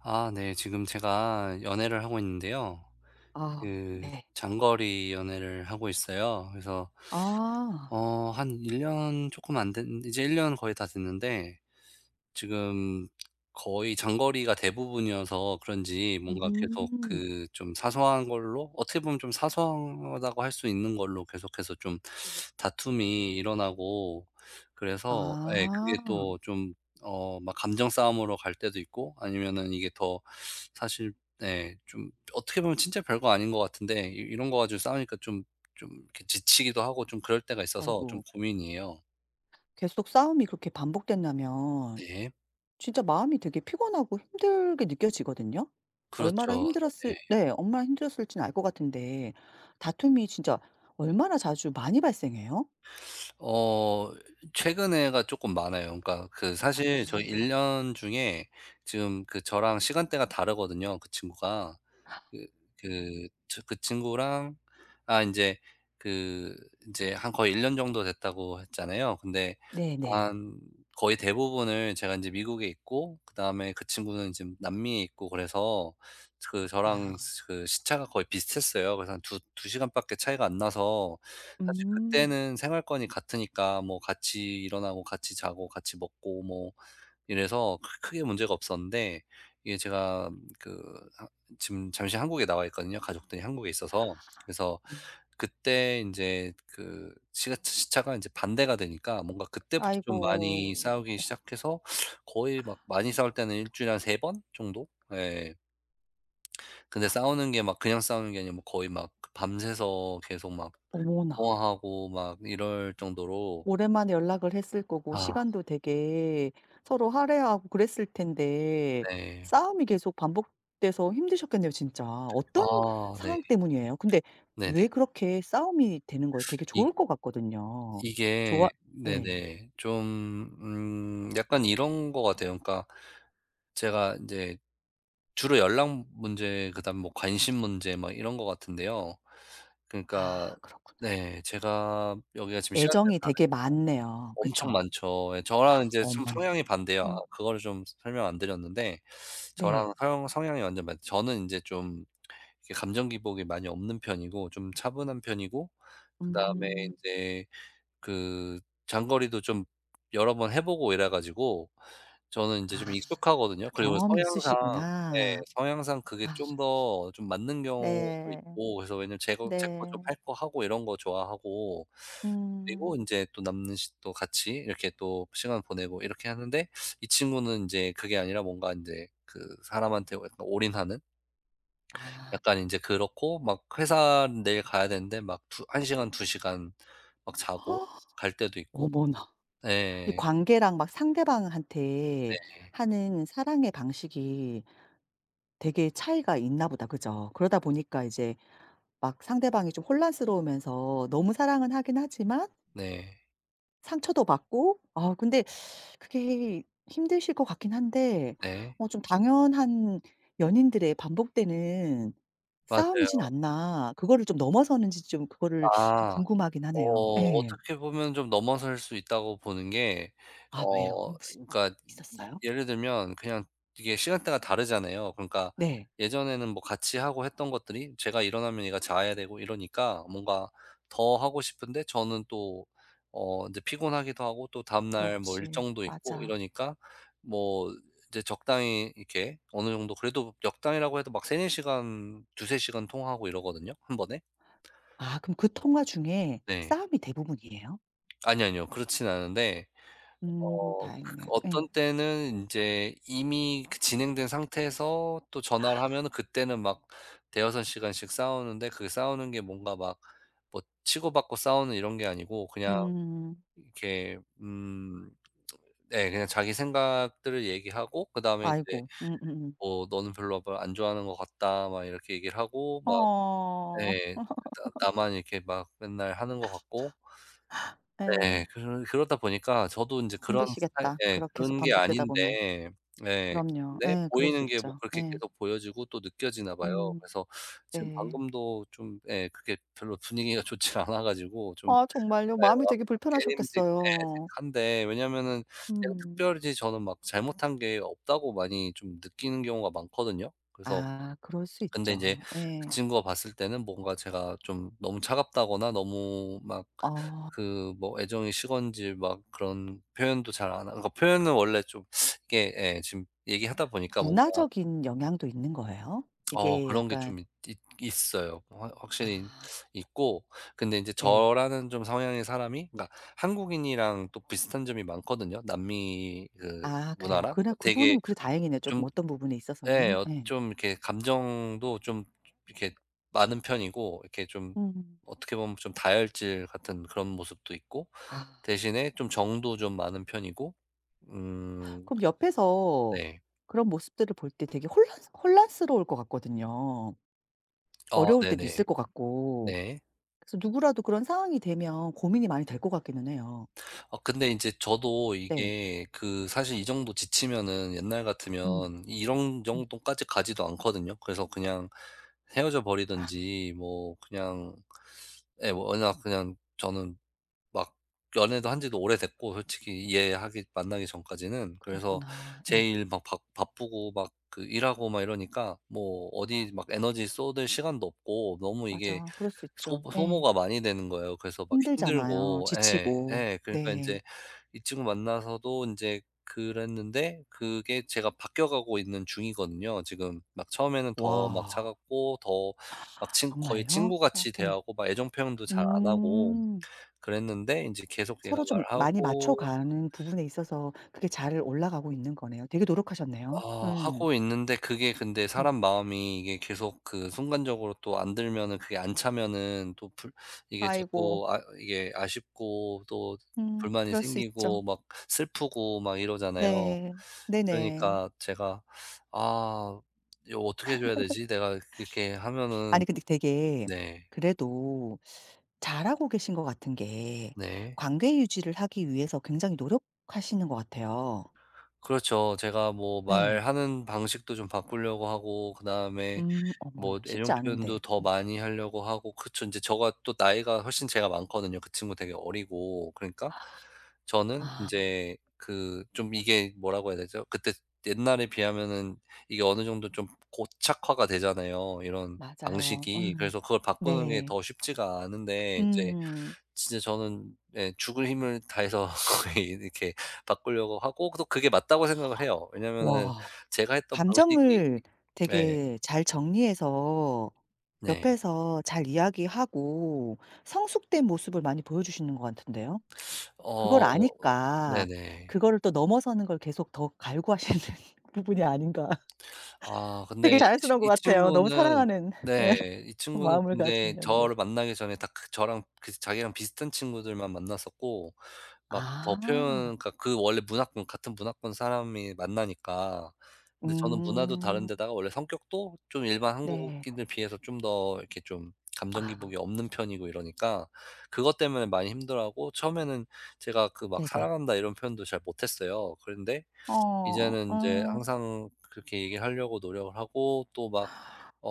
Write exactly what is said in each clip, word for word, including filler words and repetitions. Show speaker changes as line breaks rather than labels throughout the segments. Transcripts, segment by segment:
아 네. 지금 제가 연애를 하고 있는데요.
아,
그
네.
장거리 연애를 하고 있어요. 그래서
아.
어 한 일 년 조금 안 된, 이제 일 년 거의 다 됐는데, 지금 거의 장거리가 대부분이어서 그런지 뭔가 계속
음.
그 좀 사소한 걸로, 어떻게 보면 좀 사소하다고 할 수 있는 걸로 계속해서 좀 다툼이 일어나고, 그래서 예 그게
아.
또 좀 어 막 감정 싸움으로 갈 때도 있고, 아니면은 이게 더 사실 예 좀 어떻게 보면 진짜 별거 아닌 것 같은데, 이 이런 거 가지고 싸우니까 좀 좀 이렇게 지치기도 하고 좀 그럴 때가 있어서 좀
아이고.
고민이에요.
계속 싸움이 그렇게 반복된다면
네.
진짜 마음이 되게 피곤하고 힘들게 느껴지거든요. 얼마나
그렇죠.
힘들었을
네네.
네 얼마나 힘들었을지는 알 것 같은데 다툼이 진짜 얼마나 자주 많이 발생해요?
어 최근에가 쪼끔 많아요. 그러니까 그
아.
사실 저희 일 년 중에, 지금 그 저랑 시간대가 다르거든요, 그 친구가. 그 그 저 그 친구랑, 아 이제 그 이제 한 거의 일 년 정도 됐다고 했잖아요. 근데
네네.
한 거의 대부분을 제가 이제 미국에 있고, 그다음에 그 친구는 지금 남미에 있고, 그래서 그
그렇구나.
저랑 스 그 시차가 거의 비슷했어요. 그래서 한 두 두 시간 밖에 차이가 안 나서, 사실
음.
그때는 생활권이 같으니까 뭐 같이 일어나고 같이 자고 같이 먹고 뭐 이래서 크 크게 문제가 없었는데, 이게 제가 그 하 지금 잠시 한국에 나와 있거든요, 가족들이 한국에 있어서. 그래서
음.
그때 이제 그 시가 시차가 이제 반대가 되니까, 뭔가 그때부터 좀 많이
아이고.
싸우기 시작해서, 거의 막 많이 싸울 때는 일 주일에 한 세 번 정도? 예. 근데 싸우는 게 막 그냥 싸우는 게 아니라 뭐 거의 막 그 밤새서 계속 막
어머나.
통화하고 막 이럴 정도로.
오랜만에 연락을 했을 거고
아
시간도 되게 서로 할애하고 그랬을 텐데
네.
싸움이 계속 반복돼서 힘드셨겠네요 진짜. 어떤
아 네.
상황 때문이에요? 근데 왜
네네.
그렇게 싸움이 되는 거예요? 되게 좋을 것 같거든요.
이게
좋아 예.
네네. 좀 음 약간 이런 것 같아요. 그러니까 제가 인제 주로 연락 문제, 그다음 뭐 관심 문제, 막 이런 것 같은데요. 그러니까
아, 그렇구나.
네, 제가 여기가 지금 시간대가
애정이
다른.
되게 많네요.
엄청
그쵸?
많죠. 예 저랑 인제 좀
어머나.
성향이 반대예요. 아
음.
그거를 좀 설명 안 드렸는데, 저랑
네.
성 성향이 완전 반, 저는 인제 좀 이렇게 감정 기복이 많이 없는 편이고, 좀 차분한 편이고, 그다음에
음.
인제 그 장거리도 좀 여러 번 해 보고 이래 가지고 저는 인제 좀
아,
익숙하거든요.
또
그리고
경험이
성향상, 네,
있으시구나.
성향상 그게
아,
좀 더 좀 맞는 경우도
네.
있고. 그래서 왜냐면 제거 제거 좀
네.
할 거 하고 이런 거 좋아하고, 그리고
음.
인제 또 남는 시 또 같이 이렇게 또 시간 보내고 이렇게 하는데, 이 친구는 인제 그게 아니라 뭔가 인제 그 사람한테 뭐 약간 올인하는,
아.
약간 인제 그렇고, 막 회사 내일 가야 되는데 막 두 한 시간 두 시간 막 자고 갈 때도 있고.
어머나. 이
네.
관계랑 막 상대방한테
네.
하는 사랑의 방식이 되게 차이가 있나 보다. 그죠? 그러다 보니까 이제 막 상대방이 좀 혼란스러우면서 너무 사랑은 하긴 하지만
네.
상처도 받고 아 근데 그게 힘드실 것 같긴 한데
네.
어 좀 '당연한 연인들의 반복되는 싸움이진
맞아요.
않나.' 그거를 좀 넘어서는지 좀 그거를 아
아.
궁금하긴 하네요.
어
예.
어떻게 보면 좀 넘어설 수 있다고 보는 게,
아 왜요?
어
무슨
그러니까 이
있었어요?
예를 들면 그냥 이게 시간대가 다르잖아요. 그러니까
네.
예전에는 뭐 같이 하고 했던 것들이 제가 일어나면 얘가 자야 되고 이러니까, 뭔가 더 하고 싶은데 저는 또 어 인제 피곤하기도 하고, 또 다음날 뭐
그렇지.
일정도 있고
맞아.
이러니까, 뭐 이제 적당히 이렇게 어느 정도, 그래도 적당히라고 해도 막 세네 시간 두세 시간 통화하고 이러거든요, 한 번에.
아 그럼 그 통화 중에
네.
싸움이 대부분이에요?
아니요, 아니요. 그렇진 않은데,
음
어 그
다행이네요. 예.
어떤 때는 인제 이미 그 진행된 상태에서 또
아,
전화를 하면은, 그때는 막 대여섯 시간씩 싸우는데, 그 싸우는 게 뭔가 막 뭐 치고받고 싸우는 이런 게 아니고, 그냥
음.
이렇게 음 네 그냥 자기 생각들을 얘기하고 그다음에 이제
아이고. 음음음.
뭐 "너는 별로 뭐 안 좋아하는 것 같다." 막 이렇게 얘기를 하고 막.
어.
예. 나 나만 이렇게 막 맨날 하는 것 같고. 네.
예.
그러 그러다 보니까 저도 인제 그런 스타일
힘드시겠다
예
그렇게 계속
그런 게
반복되다 보면.
아닌데. 예
그럼요.
근데
예. 그럴 수
보이는 게 뭐
있죠.
그렇게
예.
계속 보여지고 또 느껴지나 봐요.
음.
그래서 지금
네.
방금도 좀 예 그게 별로 분위기가 좋지 않아 가지고 좀.
아 정말요?
예
마음이 되게
마음이 좀
불편하셨겠어요.
깨림직해한데, 왜냐면은 제가
음.
특별히 저는 막 잘못한 게 없다고 많이 좀 느끼는 경우가 많거든요. 그래서
아 그럴 수
근데 이제
있죠.
그
예.
친구가 봤을 때는 뭔가 제가 좀 너무 차갑다거나 너무 막
어
그 뭐 애정이 식었는지 막 그런 표현도 잘 안 하고, 그러니까 표현은 원래 좀 이게 예 지금 얘기하다 보니까 뭔가
문화적인 영향도 있는 거예요?
어
이게
그런 게
약간
좀 있어요, 확
아
확실히 있고. 근데 이제
네.
저라는 좀 성향의 사람이, 그러니까 한국인이랑 또 비슷한 점이 많거든요, 남미 그
아 그래요.
문화랑.
그나 그
되게
부분은 그래도 다행이네요. 쪼끔
좀
어떤 부분에
네.
있어서는.
어
예.
좀 이렇게 감정도 좀 이렇게 많은 편이고, 이렇게 좀
음.
어떻게 보면 좀 다혈질 같은 그런 모습도 있고,
아
대신에 좀 정도 좀 많은 편이고. 음
그럼 옆에서
네.
그런 모습들을 볼 때 되게 혼란스 혼란스러울 것 같거든요.
아
어려울 때도 있을
네네.
것 같고.
네.
그래서 누구라도 그런 상황이 되면 고민이 많이 될 것 같기는 해요.
어, 근데 이제 저도
네.
이게 그 사실 이 정도 지치면은 옛날
음.
같으면 이런
음.
정도까지 가지도 않거든요. 그래서 그냥 헤어져
아
버리든지 뭐 그냥. 예 뭐 워낙 그냥 저는 막 연애도 한 지도 오래됐고, 솔직히 얘하기 만나기 전까지는. 그래서
그랬구나. 예.
제일 막 바 바쁘고 막 그 일하고 막 이러니까 뭐 어디 막 에너지 쏟을 시간도 없고, 너무 이게
맞아. 그럴 수 있죠.
소
예.
소모가 많이 되는 거예요. 그래서 막
힘들잖아요.
힘들고
지치고.
예. 예. 그러니까 이
네.
제 이 친구 만나서도 이제 그랬는데, 그게 제가 바뀌어 가고 있는 중이거든요 지금. 막 처음에는 더 막
와.
차갑고 더 막 친 거의
정말요? 어
친구같이
음.
대하고 막 애정 표현도 잘 안 하고
음.
그랬는데, 이제 계속 얘가
서로 좀 많이
말하고
맞춰가는 부분에 있어서 그게 잘 올라가고 있는 거네요. 되게 노력하셨네요.
어
예.
하고 있는데, 그게 근데
음.
사람 마음이 이게 계속 그 순간적으로 또 안 들면은, 그게 안 차면은 또 불 이게
아이고.
자꾸 아 이게 아쉽고 또
음
불만이
그럴 수 있죠.
생기고 막 슬프고 막 이러잖아요.
네. 네네.
그러니까 제가, '아 이거 어떻게 해 줘야 되지? 내가 이렇게
아니
하면은.'
근데 되게
네.
그래도 잘하고 계신 것 같은 게
네.
관계 유지를 하기 위해서 굉장히 노력하시는 것 같아요.
그렇죠. 제가 뭐
예.
말하는 방식도 좀 바꾸려고 하고, 그다음에
음
뭐
어머나 쉽지
애정 표현도
않은데.
더
음.
많이 하려고 하고 그쵸. 인제 저가 또 나이가 훨씬 제가 많거든요. 그 친구 되게 어리고. 그러니까 저는
아
인제 그 좀 이게 뭐라고 해야 되죠? 그때 옛날에 비하면은 이게 어느 정도 좀 고착화가 되잖아요, 이런
맞아요.
방식이.
음.
그래서 그걸 바꾸는 게
네.
더 쉽지가 않은데 인제
음.
진짜 저는 예 죽을 힘을 다해서 거의 이렇게 바꾸려고 하고, 또 그게 맞다고 생각을 해요. 왜냐면은
와.
제가 했던
감정을
방식이. 네.
되게 잘 정리해서
네.
옆에서 잘 이야기하고 성숙된 모습을 많이 보여주시는 것 같은데요. 그걸
어
아니까
네네.
그거를 또 넘어서는 걸 계속 더 갈구하시는 부분이 아닌가.
아 근데
되게
이 친
자연스러운 것
이
같아요. 너무
친구는
사랑하는 예
네. 이 친구는
마음을 가진
근데
연인에게.
저를 만나기 전에 다 그 저랑 그 자기랑 비슷한 친구들만 만났었고, 막 더
아.
표현, 그러니까 그 원래 문화권 같은 문화권 사람이 만나니까. 근데 저는 문화도 다른
음.
데다가, 원래 성격도 좀 일반
네.
한국인들 비해서 좀 더 이렇게 좀 감정
아
기복이 없는 편이고 이러니까 그것 때문에 많이 힘들어하고. 처음에는 제가 그 막
네네.
"사랑한다." 이런 표현도 잘 못했어요. 그런데
어
이제는 이제
음.
항상 그렇게 얘기하려고 노력을 하고, 또 막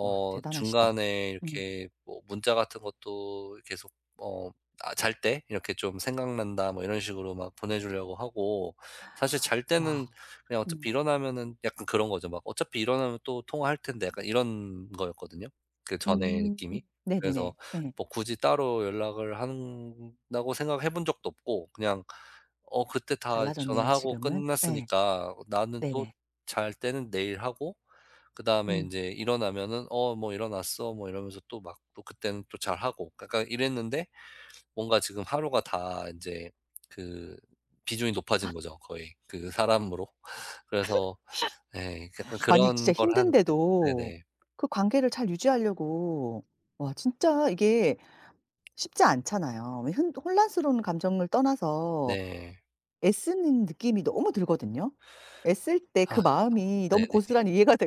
와 대단하시다.
중간에
음.
이렇게 뭐 문자 같은 것도 계속 어 아 잘 때 이렇게 좀 "생각난다." 뭐 이런 식으로 막 보내 주려고 하고. 사실 잘
와.
때는 그냥 어차피
음.
일어나면은 약간 그런 거죠. 막 '어차피 일어나면 또 통화할 텐데.' 약간 이런 거였거든요, 그 전에
음.
느낌이.
네네네.
그래서
예.
뭐 굳이 따로 연락을 한다고 생각해 본 적도 없고, 그냥 어 그때 다
달라졌네요
전화하고
지금은. 예.
끝났으니까 나는 또
네네.
잘 때는 내일 하고, 그다음에
음.
인제 일어나면은 "어 뭐 일어났어." 뭐 이러면서 또 막, 또 그때는 또 잘하고 약간 이랬는데, 뭔가 지금 하루가 다 인제 그 비중이 높아진 거죠, 거의 그 사람으로. 그래서 예 약간
아니 진짜
그런 걸 하는데.
힘든데도
네네.
그 관계를 잘 유지하려고 와 진짜 이게 쉽지 않잖아요. 왜 흔 혼란스러운 감정을 떠나서
네.
애쓰는 느낌이 너무 들거든요. 애쓸 때
아
그 마음이 너무
네네.
고스란히 이해가 돼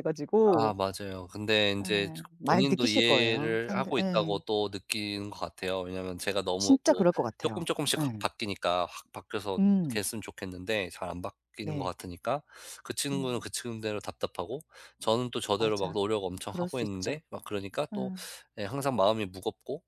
아
가지고
맞아요. 근데
예
인제
많이
본인도
느끼실 거예요.
이해를
상대
하고
예.
있다고 또 느끼는 것 같아요. 왜냐면 제가 너무
진짜
또
그럴 것
쪼끔
같아요.
쪼끔씩 확
예.
바뀌니까, 확 바뀌어서
음.
됐으면 좋겠는데 잘 안 바뀌는 것
네.
같으니까, 그 친구는
음.
그 친구대로 답답하고, 저는 또 저대로 막
맞아.
노력 엄청
그럴
하고
수 있죠.
있는데 막, 그러니까
예.
또 예 항상 마음이 무겁고.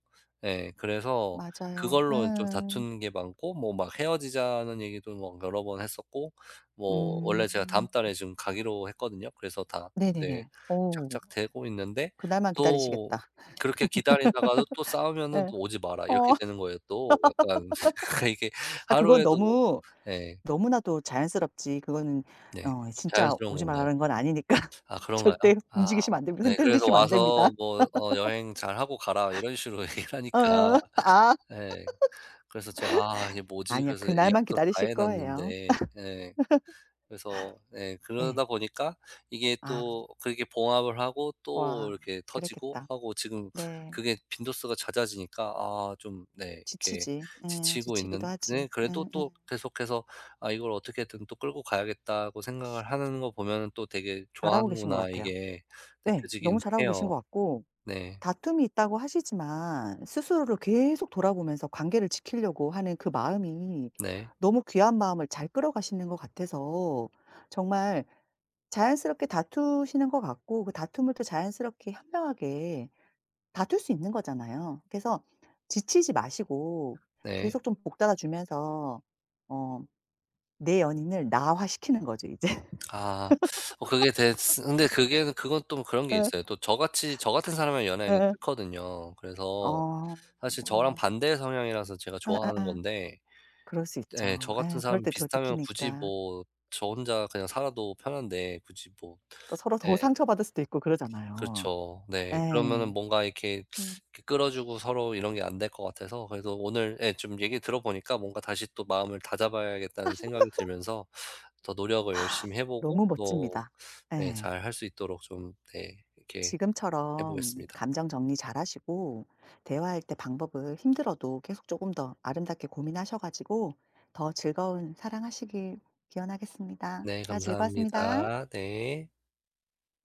예 그래서
맞아요.
그걸로 좀
예.
다투는 게 많고, 뭐 막 헤어지자는 얘기도 막 여러 번 했었고. 뭐 원래 제가 다음
음.
달에 지금 가기로 했거든요. 그래서 다, 네,
네네네. 오,
착착 되고 있는데,
그날만
또
기다리시겠다.
그렇게 기다리다가도 또 싸우면은
예.
또 오지 마라 이렇게
어.
되는 거예요 또. 약간 그러니까 이게
아 그건
하루에도.
너무
예.
너무나도 자연스럽지 그거는
네.
어 진짜
자연스러운
오지
건가요?
말라는 건 아니니까
아 그런가요?
절대
아
움직이시면 안 됩니다.
네. 그래서
흔들리시면 안 됩니다.
"와서 뭐 어 여행 잘하고 가라." 이런 식으로 얘기를 하니까
어어. 아
예. 그래서 제가 '아 이게 뭐지?'
아니요.
그래서
그날만
예약도 다
기다리실
해
거예요.
놨는데 예. 그래서 예
예.
그러다 보니까 이게
아
또 그렇게 봉합을 하고 또
와
이렇게 터지고
그랬겠다.
하고 지금
네.
그게 빈도수가 잦아지니까, 아 좀 네 이렇게
지치지. 예.
지치고
지치기도 하지.
있는데, 그래도 또
음음.
계속해서 '아 이걸 어떻게든 또 끌고 가야겠다.'고 생각을 하는 거 보면은 또 되게
잘하고 계신 것
좋아하는구나
같아요.
이게
예. 너무
느껴지긴
잘하고 계신
해요.
것 같고
네.
다툼이 있다고 하시지만 스스로를 계속 돌아보면서 관계를 지키려고 하는 그 마음이
네.
너무 귀한 마음을 잘 끌어가시는 것 같아서 정말 자연스럽게 다투시는 것 같고 그 다툼을 또 자연스럽게 현명하게 다툴 수 있는 거잖아요. 그래서 지치지 마시고
네.
계속 좀 복받아 주면서 어, 내 연인을 나화시키는 거죠, 이제.
아 어 그게 됐 근데 그게 그건 또 그런 게 있어요. 또 저같이 저 같은 사람이랑 연애하기
예예.
싫거든요. 그래서
어.
사실 저랑
어.
반대의 성향이라서 제가
아, 아,
좋아하는
아.
건데.
그럴 수
예
있죠.
저 같은
에, 그럴
사람이
때 더
비슷하면 굳이
느끼니까.
뭐, 저 혼자 그냥 살아도 편한데 굳이 뭐.
또 서로 더
예
상처받을 수도 있고 그러잖아요.
그렇죠. 네. 그러면은
예.
뭔가 이렇게,
음.
이렇게 끌어 주고 서로 이런 게 안 될 것 같아서, 그래도 오늘 예 좀 얘기 들어보니까 뭔가 다시 또 마음을 다잡아야겠다는 생각이 들면서 더 노력을 열심히 해 보고,
너무
또
멋집니다.
예
예.
잘할 수 있도록 좀 네 이렇게 해
지금처럼
보겠습니다.
감정 정리 잘하시고 대화할 때 방법을 힘들어도 계속 조금 더 아름답게 고민하셔 가지고 더 즐거운 사랑하시길 기원하겠습니다.
네
대화 즐거웠습니다.
감사합니다. 네.